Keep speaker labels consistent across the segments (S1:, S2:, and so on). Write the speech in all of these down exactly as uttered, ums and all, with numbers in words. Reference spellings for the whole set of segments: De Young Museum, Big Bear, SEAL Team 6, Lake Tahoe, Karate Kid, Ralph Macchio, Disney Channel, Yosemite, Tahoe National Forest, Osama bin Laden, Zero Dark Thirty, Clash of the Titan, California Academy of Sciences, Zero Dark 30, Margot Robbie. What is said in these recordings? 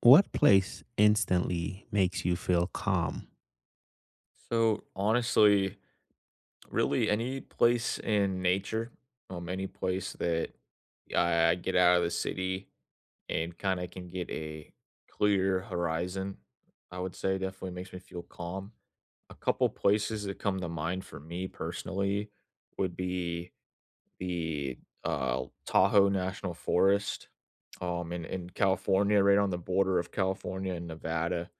S1: What place instantly makes you feel calm?
S2: So honestly, really any place in nature, um, any place that I, I get out of the city and kind of can get a clear horizon, I would say definitely makes me feel calm. A couple places that come to mind for me personally would be the uh, Tahoe National Forest, um, in in California, right on the border of California and Nevada,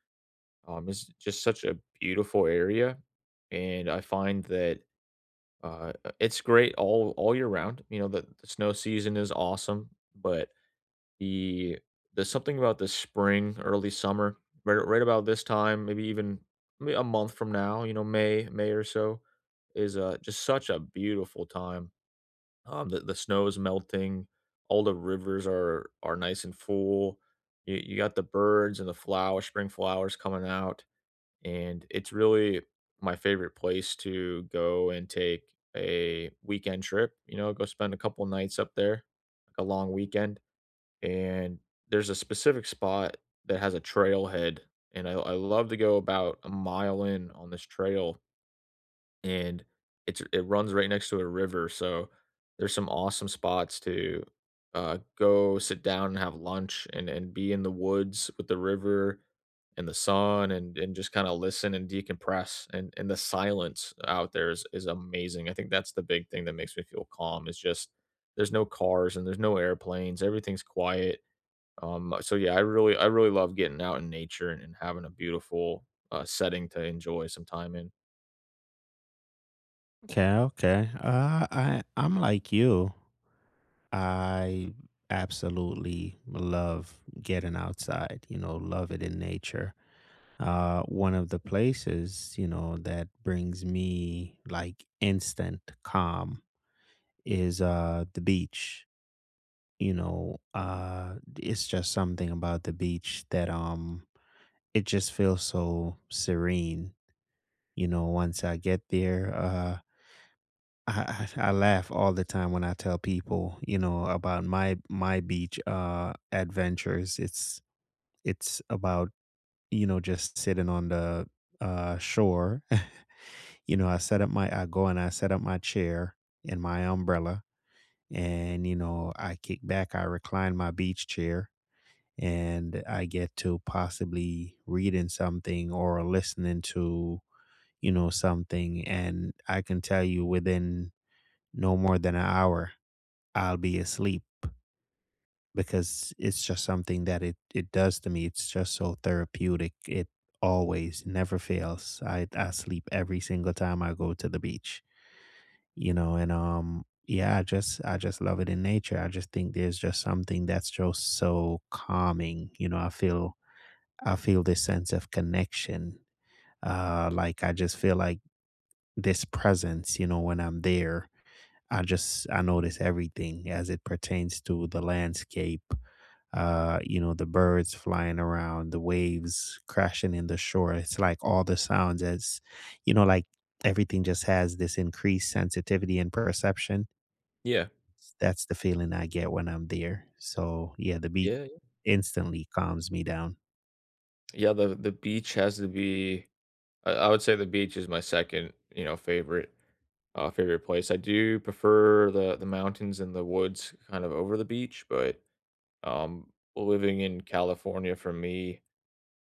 S2: um, it's just such a beautiful area, and I find that uh, uh, it's great all all year round. You know, the, the snow season is awesome, but the there's something about the spring, early summer, right, right about this time, maybe even maybe a month from now. You know, May May or so is uh, just such a beautiful time. Um, the the snow is melting, all the rivers are are nice and full. You, you got the birds and the flowers, spring flowers coming out, and it's really my favorite place to go and take a weekend trip. You know, go spend a couple nights up there, like a long weekend. And there's a specific spot that has a trailhead, and I, I love to go about a mile in on this trail, and it's it runs right next to a river, so there's some awesome spots to uh, go sit down and have lunch and and be in the woods with the river and the sun and and just kind of listen and decompress, and and the silence out there is is amazing. I think that's the big thing that makes me feel calm is just there's no cars and there's no airplanes. Everything's quiet. Um, so yeah, I really I really love getting out in nature and, and having a beautiful uh, setting to enjoy some time in.
S1: Okay, okay. Uh, I I'm like you. I absolutely love getting outside. You know, love it in nature. Uh, one of the places, you know, that brings me like instant calm is uh the beach. You know, uh, it's just something about the beach that um it just feels so serene. You know, once I get there, uh, I, I I laugh all the time when I tell people, you know, about my my beach uh adventures. It's it's about, you know, just sitting on the uh shore. You know, I set up my I go and I set up my chair and my umbrella, and you know, I kick back, I recline my beach chair, and I get to possibly reading something or listening to, you know, something, and I can tell you within no more than an hour, I'll be asleep because it's just something that it, it does to me. It's just so therapeutic. It always never fails. I, I sleep every single time I go to the beach, you know, and um yeah, I just I just love it in nature. I just think there's just something that's just so calming. You know, I feel I feel this sense of connection. Uh, like I just feel like this presence, you know, when I'm there, I just I notice everything as it pertains to the landscape. Uh, you know, the birds flying around, the waves crashing in the shore. It's like all the sounds, as you know, like everything just has this increased sensitivity and perception.
S2: Yeah.
S1: That's the feeling I get when I'm there. So yeah, the beach
S2: Yeah.
S1: instantly calms me down.
S2: Yeah, the the beach has to be I I would say the beach is my second, you know, favorite uh favorite place. I do prefer the the mountains and the woods kind of over the beach, but um living in California for me,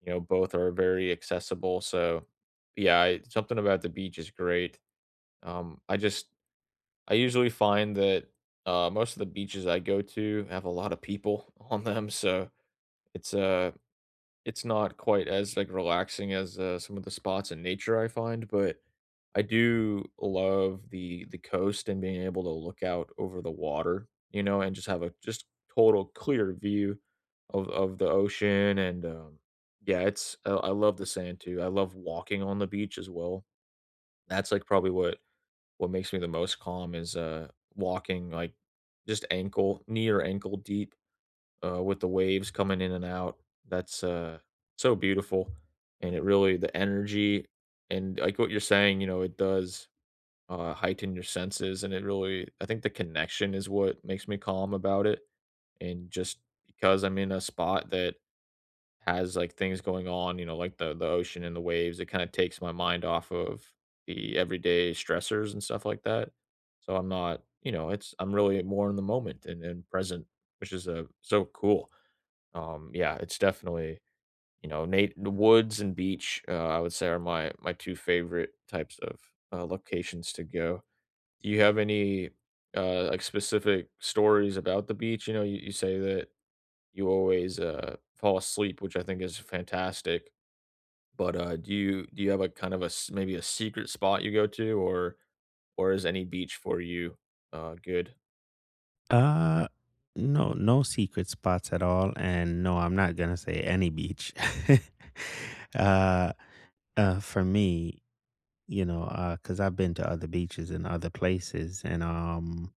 S2: you know, both are very accessible. So yeah, I, something about the beach is great. Um I just I usually find that uh most of the beaches I go to have a lot of people on them, so it's uh it's not quite as, like, relaxing as, uh, some of the spots in nature I find, but I do love the the coast and being able to look out over the water, you know, and just have a just total clear view of of the ocean and, um, yeah, it's I I love the sand too. I love walking on the beach as well. That's, like, probably what what makes me the most calm is, uh, walking, like, just ankle knee or ankle deep, uh, with the waves coming in and out. That's uh, so beautiful, and it really the energy and like what you're saying, you know, it does, uh, heighten your senses, and it really I think the connection is what makes me calm about it, and just because I'm in a spot that has like things going on, you know, like the the ocean and the waves, it kind of takes my mind off of the everyday stressors and stuff like that. So I'm not, you know, it's I'm really more in the moment and, and present, which is uh, so cool. Um, yeah, it's definitely, you know, Nate. The woods and beach, uh, I would say are my my two favorite types of, uh, locations to go. Do you have any, uh, like, specific stories about the beach? You know, you you say that you always, uh, fall asleep, which I think is fantastic, but, uh, do you do you have a kind of a s maybe a secret spot you go to, or or is any beach for you, uh, good?
S1: Uh, no, no secret spots at all. And no, I'm not gonna say any beach. uh uh, for me, you know, because 'cause I've been to other beaches in other places, and, um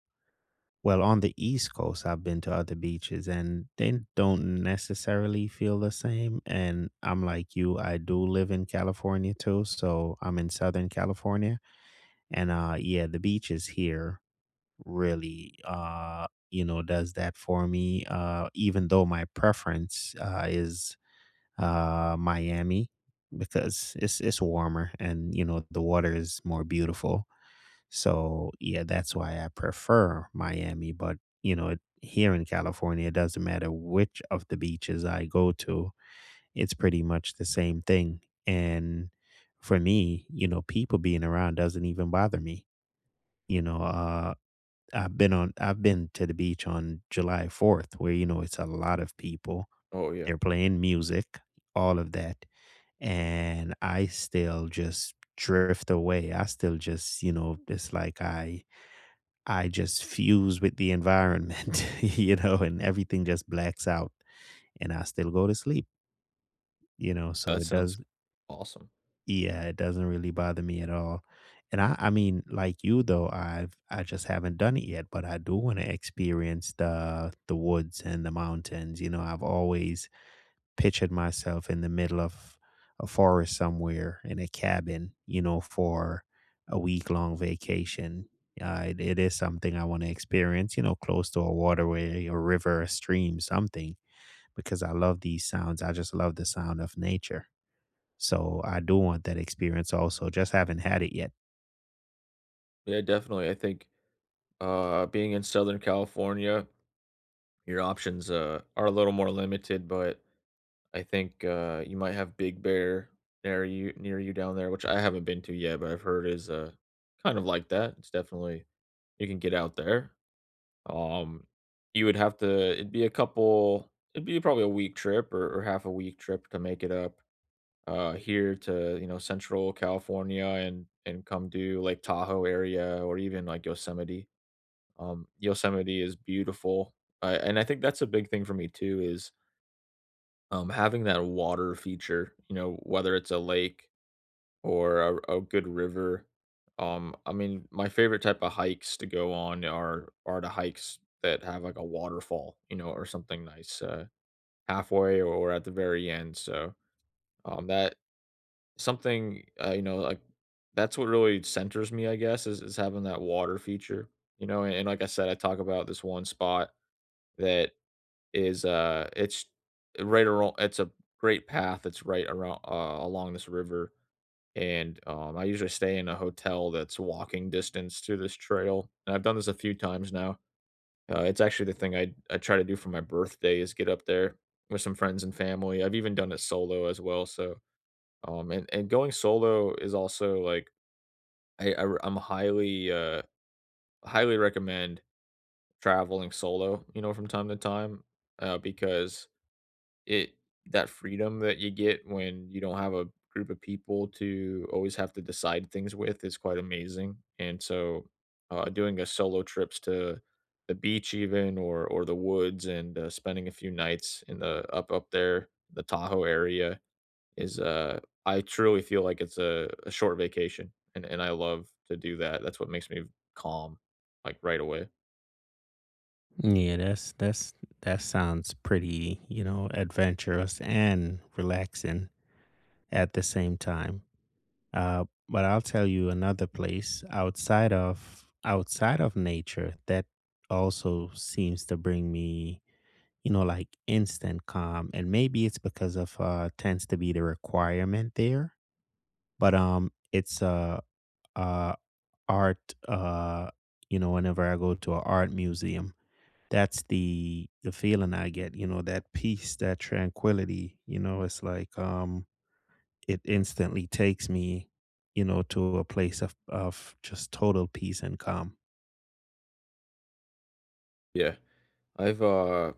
S1: well, on the East Coast, I've been to other beaches, and they don't necessarily feel the same, and I'm like you, I do live in California too, so I'm in Southern California, and, uh, yeah, the beaches here really, uh, you know, does that for me, uh, even though my preference, uh, is, uh, Miami because it's it's warmer and, you know, the water is more beautiful. So, yeah, that's why I prefer Miami, but, you know, it here in California, it doesn't matter which of the beaches I go to, it's pretty much the same thing, and for me, you know, people being around doesn't even bother me, you know, uh, I've been on I've been to the beach on July fourth where, you know, it's a lot of people,
S2: Oh, yeah.
S1: they're playing music, all of that, and I still just drift away, I still just, you know, it's like I I just fuse with the environment, you know, and everything just blacks out and I still go to sleep, you know, so
S2: That
S1: it
S2: sounds
S1: does,
S2: awesome.
S1: yeah, it doesn't really bother me at all. And I I mean, like you though, I've I just haven't done it yet, but I do want to experience the the woods and the mountains, you know, I've always pictured myself in the middle of a forest somewhere in a cabin, you know, for a week long vacation. Uh, it, it is something I want to experience, you know, close to a waterway, a river, a stream, something, because I love these sounds. I just love the sound of nature. So I do want that experience also, just haven't had it yet.
S2: Yeah, definitely, I think, uh, being in Southern California, your options, uh, are a little more limited, but I think, uh, you might have Big Bear near you near you down there, which I haven't been to yet, but I've heard is, uh, kind of like that. It's definitely you can get out there. Um, you would have to it'd be a couple it'd be probably a week trip or, or half a week trip to make it up, uh, here to, you know, Central California and and come do Lake Tahoe area or even like Yosemite. Um, Yosemite is beautiful, uh, and I think that's a big thing for me too is, um, having that water feature, you know, whether it's a lake or a, a good river. Um, I mean, my favorite type of hikes to go on are are the hikes that have like a waterfall, you know, or something nice, uh, halfway or at the very end. So um, that something, uh, you know, like that's what really centers me, I guess, is, is having that water feature, you know. And, and like I said, I talk about this one spot that is, uh, it's right around. It's a great path. It's right around, uh, along this river, and, um, I usually stay in a hotel that's walking distance to this trail, and I've done this a few times now. Uh, it's actually the thing I I try to do for my birthday is get up there with some friends and family. I've even done it solo as well, so, um, and and going solo is also, like, I i r I'm highly, uh highly recommend traveling solo, you know, from time to time, uh, because It that freedom that you get when you don't have a group of people to always have to decide things with is quite amazing, and so, uh, doing a solo trips to the beach even or or the woods and, uh, spending a few nights in the up up there, the Tahoe area is, uh, I truly feel like it's a a short vacation, and and I love to do that. That's what makes me calm, like, right away.
S1: Yeah, that's that's that sounds pretty, you know, adventurous and relaxing at the same time. Uh, but I'll tell you another place outside of outside of nature that also seems to bring me, you know, like instant calm. And maybe it's because of uh tends to be the requirement there. But um it's uh uh art. Uh you know, whenever I go to an art museum. That's the the feeling I get, you know, that peace, that tranquility, you know, it's like um it instantly takes me, you know, to a place of of just total peace and calm.
S2: Yeah. I've, uh,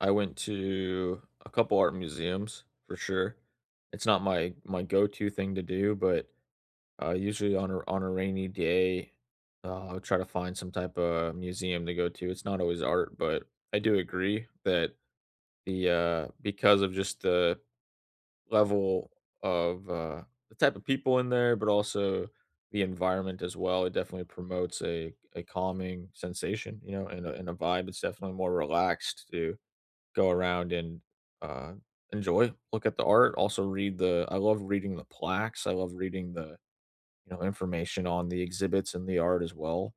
S2: I went to a couple art museums for sure. It's not my my go-to thing to do, but, uh, usually on a on a rainy day, uh, I'll try to find some type of museum to go to. It's not always art, but I do agree that the, uh, because of just the level of, uh, the type of people in there, but also the environment as well, it definitely promotes a a calming sensation, you know, and a and a vibe. It's definitely more relaxed to go around and, uh, enjoy, look at the art, also read the I love reading the plaques, I love reading the, you know, information on the exhibits and the art as well,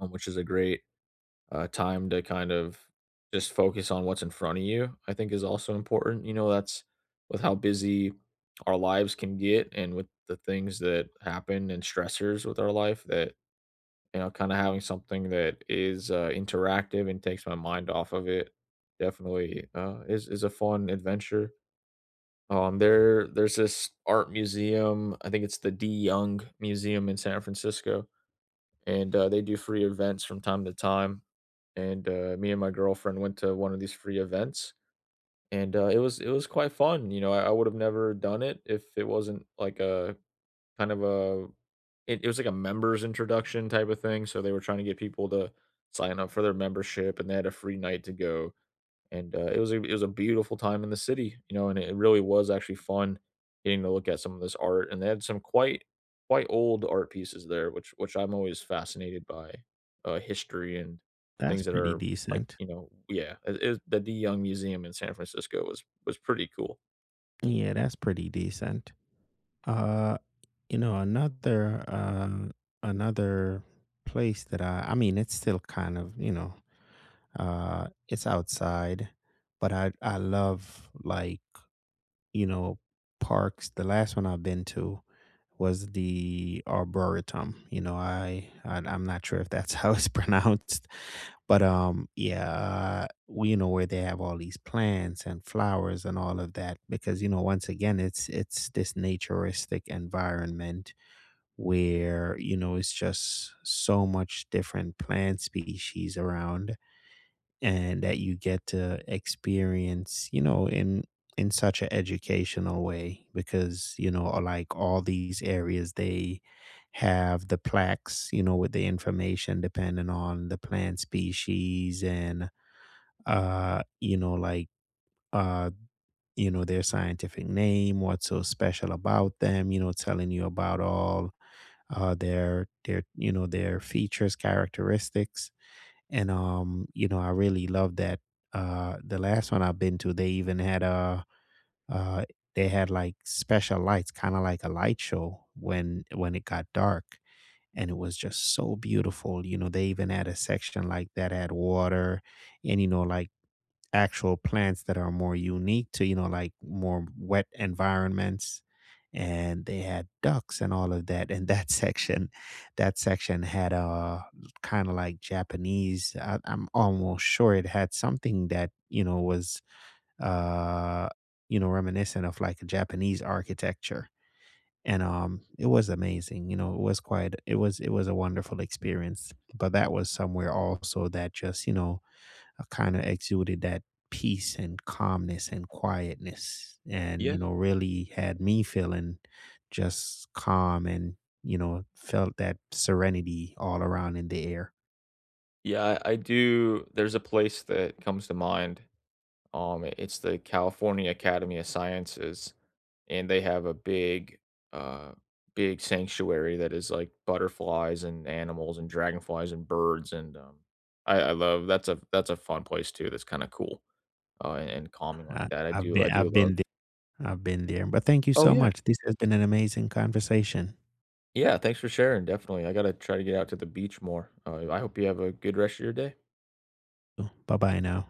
S2: um, which is a great, uh, time to kind of just focus on what's in front of you, I think is also important, you know, that's with how busy our lives can get and with the things that happen and stressors with our life, that you know, kinda having something that is, uh, interactive and takes my mind off of it definitely, uh, is is a fun adventure. Um, there there's this art museum, I think it's the D Young Museum in San Francisco, and, uh, they do free events from time to time, and, uh, me and my girlfriend went to one of these free events, and, uh, it was it was quite fun, you know, I I would've never done it if it wasn't like a kind of a, it it was like a members introduction type of thing, so they were trying to get people to sign up for their membership, and they had a free night to go, and, uh, it was a it was a beautiful time in the city, you know, and it really was actually fun getting to look at some of this art, and they had some quite quite old art pieces there, which which I'm always fascinated by, uh, history and
S1: That's
S2: things that
S1: pretty
S2: are like,
S1: decent.
S2: you know, yeah, it it the De Young Museum in San Francisco was was pretty cool.
S1: Yeah, that's pretty decent. Uh, you know, another uh another place that I I mean, it's still kind of, you know, uh it's outside, but I I love, like, you know, parks. The last one I've been to was the arboretum. You know, I, I I'm not sure if that's how it's pronounced, but um, yeah, we, you know, where they have all these plants and flowers and all of that, because you know, once again, it's it's this naturistic environment where you know, it's just so much different plant species around and that you get to experience, you know, in in such an educational way because, you know, uh, like all these areas, they have the plaques, you know, with the information depending on the plant species and, uh, you know, like uh, you know, their scientific name, what's so special about them, you know, telling you about all, uh their their you know, their features, characteristics, and um you know, I really love that. Uh the last one I've been to, they even had a uh they had like special lights, kind of like a light show, when when it got dark, and it was just so beautiful. You know, they even had a section like that had water, and you know, like actual plants that are more unique to, you know, like more wet environments. And they had ducks and all of that. And that section, that section had a kind of like Japanese. I, I'm almost sure it had something that, you know, was, uh, you know, reminiscent of like a Japanese architecture. And um, it was amazing. You know, it was quite, it was, it was a wonderful experience. But that was somewhere also that just, you know, kind of exuded that peace and calmness and quietness, and
S2: Yeah.
S1: you know, really had me feeling just calm, and you know, felt that serenity all around in the air.
S2: Yeah, I I do there's a place that comes to mind. Um, it's the California Academy of Sciences, and they have a big, uh, big sanctuary that is like butterflies and animals and dragonflies and birds and um, I, I love that's a that's a fun place too. That's kind of cool, uh, and, and calming like
S1: I,
S2: that. I
S1: i've
S2: do
S1: been
S2: I do
S1: i've
S2: love.
S1: been there I've been there, but thank you
S2: Oh
S1: so
S2: yeah,
S1: much, this has been an amazing conversation.
S2: yeah. Thanks for sharing. Definitely, I gotta try to get out to the beach more. Uh, I hope you have a good rest of your day.
S1: Bye bye now.